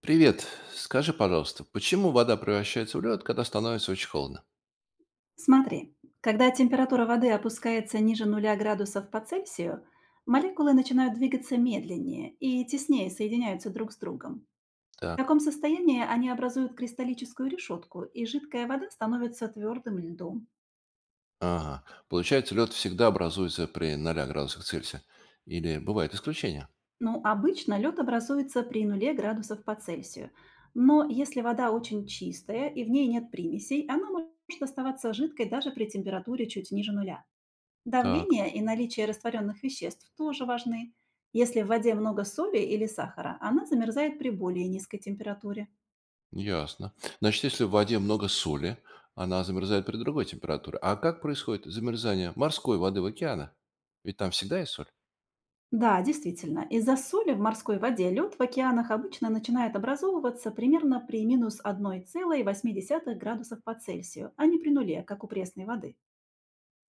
Привет. Скажи, пожалуйста, почему вода превращается в лед, когда становится очень холодно? Смотри, когда температура воды опускается ниже нуля градусов по Цельсию, молекулы начинают двигаться медленнее и теснее соединяются друг с другом. В Так. таком состоянии они образуют кристаллическую решетку, и жидкая вода становится твердым льдом. Ага. Получается, лед всегда образуется при 0 градусах Цельсия. Или бывают исключения? Ну, обычно лед образуется при нуле градусов по Цельсию. Но если вода очень чистая и в ней нет примесей, она может оставаться жидкой даже при температуре чуть ниже нуля. Так, Давление и наличие растворенных веществ тоже важны. Если в воде много соли или сахара, она замерзает при более низкой температуре. ясно. Значит, если в воде много соли, она замерзает при другой температуре. А как происходит замерзание морской воды в океанах? Ведь там всегда есть соль. Да, действительно, из-за соли в морской воде лед в океанах обычно начинает образовываться примерно при минус 1,8 градусов по Цельсию, а не при нуле, как у пресной воды.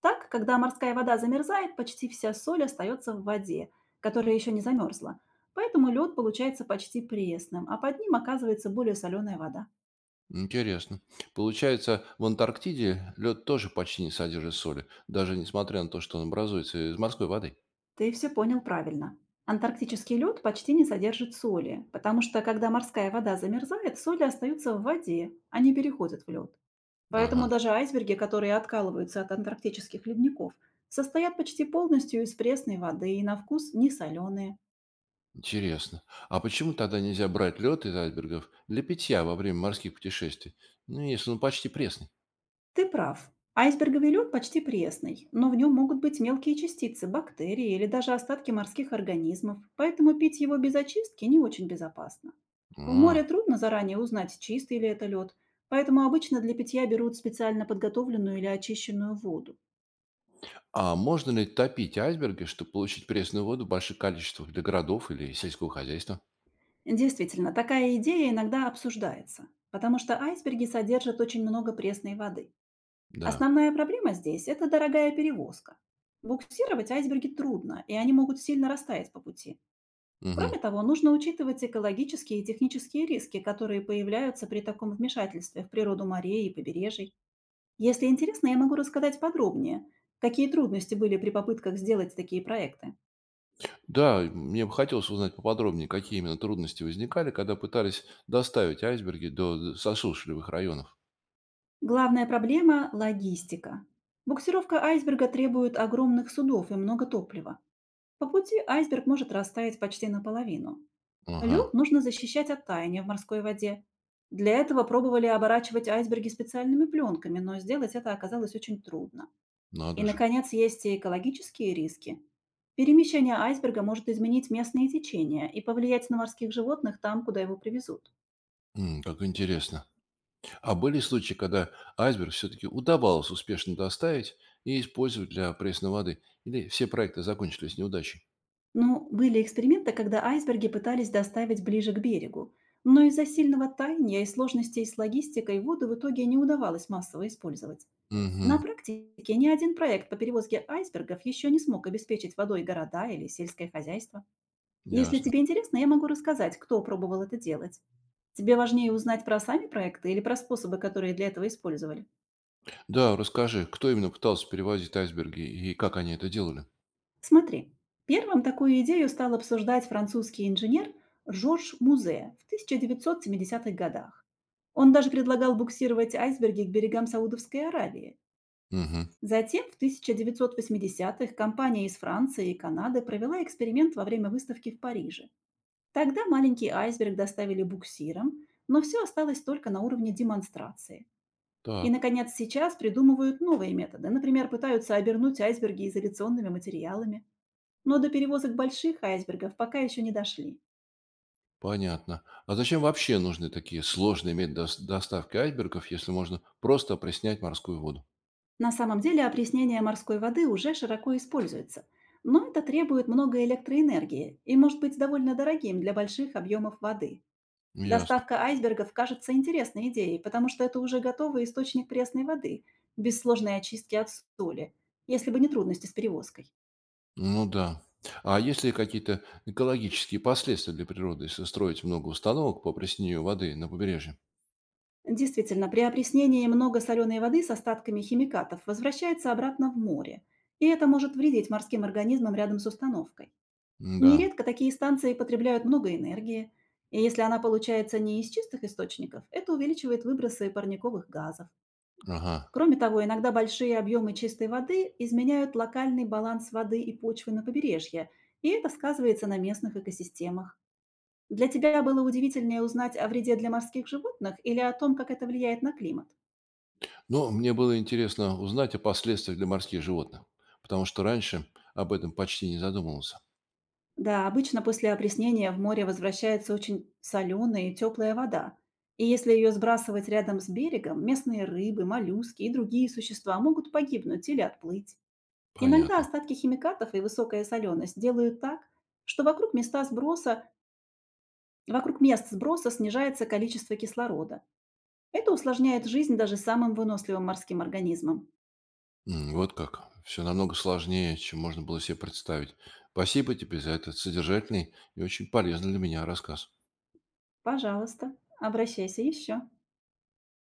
Так, когда морская вода замерзает, почти вся соль остается в воде, которая еще не замерзла. Поэтому лед получается почти пресным, а под ним оказывается более соленая вода. Интересно. Получается, в Антарктиде лед тоже почти не содержит соли, даже несмотря на то, что он образуется из морской воды. Ты все понял правильно. Антарктический лед почти не содержит соли, потому что когда морская вода замерзает, соли остаются в воде, а не переходят в лед. Поэтому Ага. даже айсберги, которые откалываются от антарктических ледников, состоят почти полностью из пресной воды и на вкус не соленые. Интересно. А почему тогда нельзя брать лед из айсбергов для питья во время морских путешествий? Ну, если он почти пресный. Ты прав. Айсберговый лед почти пресный, но в нем могут быть мелкие частицы, бактерии или даже остатки морских организмов, поэтому пить его без очистки не очень безопасно. В море А, трудно заранее узнать, чистый ли это лед, поэтому обычно для питья берут специально подготовленную или очищенную воду. а можно ли топить айсберги, чтобы получить пресную воду в больших количествах для городов или сельского хозяйства? Действительно, такая идея иногда обсуждается, потому что айсберги содержат очень много пресной воды. Да. Основная проблема здесь – это дорогая перевозка. Буксировать айсберги трудно, и они могут сильно растаять по пути. Мгм. Кроме того, нужно учитывать экологические и технические риски, которые появляются при таком вмешательстве в природу морей и побережий. Если интересно, я могу рассказать подробнее, какие трудности были при попытках сделать такие проекты. Да, мне бы хотелось узнать поподробнее, какие именно трудности возникали, когда пытались доставить айсберги до сосушливых районов. Главная проблема – логистика. Буксировка айсберга требует огромных судов и много топлива. По пути айсберг может растаять почти наполовину. Ага, Лед нужно защищать от таяния в морской воде. Для этого пробовали оборачивать айсберги специальными пленками, но сделать это оказалось очень трудно. И, надо же. наконец, есть и экологические риски. Перемещение айсберга может изменить местные течения и повлиять на морских животных там, куда его привезут. М, как интересно. А были случаи, когда айсберг все-таки удавалось успешно доставить и использовать для пресной воды? Или все проекты закончились неудачей? Ну, были эксперименты, когда айсберги пытались доставить ближе к берегу, но из-за сильного таяния и сложностей с логистикой воду в итоге не удавалось массово использовать. На Угу, практике ни один проект по перевозке айсбергов еще не смог обеспечить водой города или сельское хозяйство. Если ясно. тебе интересно, я могу рассказать, кто пробовал это делать. Тебе важнее узнать про сами проекты или про способы, которые для этого использовали? Да, расскажи, кто именно пытался перевозить айсберги и как они это делали? Смотри, первым такую идею стал обсуждать французский инженер Жорж Музе в 1970-х годах. Он даже предлагал буксировать айсберги к берегам Саудовской Аравии. Угу, Затем в 1980-х компания из Франции и Канады провела эксперимент во время выставки в Париже. Тогда маленький айсберг доставили буксиром, но все осталось только на уровне демонстрации. И, так, наконец, сейчас придумывают новые методы. Например, пытаются обернуть айсберги изоляционными материалами. Но до перевозок больших айсбергов пока еще не дошли. понятно. А зачем вообще нужны такие сложные методы доставки айсбергов, если можно просто опреснять морскую воду? На самом деле опреснение морской воды уже широко используется. Но это требует много электроэнергии и может быть довольно дорогим для больших объемов воды. Ясно. Доставка айсбергов кажется интересной идеей, потому что это уже готовый источник пресной воды, без сложной очистки от соли, если бы не трудности с перевозкой. Ну да. А есть ли какие-то экологические последствия для природы, если строить много установок по опреснению воды на побережье? Действительно, при опреснении много соленой воды с остатками химикатов возвращается обратно в море, и это может вредить морским организмам рядом с установкой. Да. Нередко такие станции потребляют много энергии, и если она получается не из чистых источников, это увеличивает выбросы парниковых газов. Ага. Кроме того, иногда большие объемы чистой воды изменяют локальный баланс воды и почвы на побережье, и это сказывается на местных экосистемах. Для тебя было удивительнее узнать о вреде для морских животных или о том, как это влияет на климат? Ну, мне было интересно узнать о последствиях для морских животных, потому что раньше об этом почти не задумывался. Да, обычно после опреснения в море возвращается очень соленая и теплая вода. И если ее сбрасывать рядом с берегом, местные рыбы, моллюски и другие существа могут погибнуть или отплыть. Иногда Понятно. остатки химикатов и высокая соленость делают так, что вокруг мест сброса снижается количество кислорода. Это усложняет жизнь даже самым выносливым морским организмам. М, вот как. Все намного сложнее, чем можно было себе представить. Спасибо тебе за этот содержательный и очень полезный для меня рассказ. Пожалуйста, обращайся еще.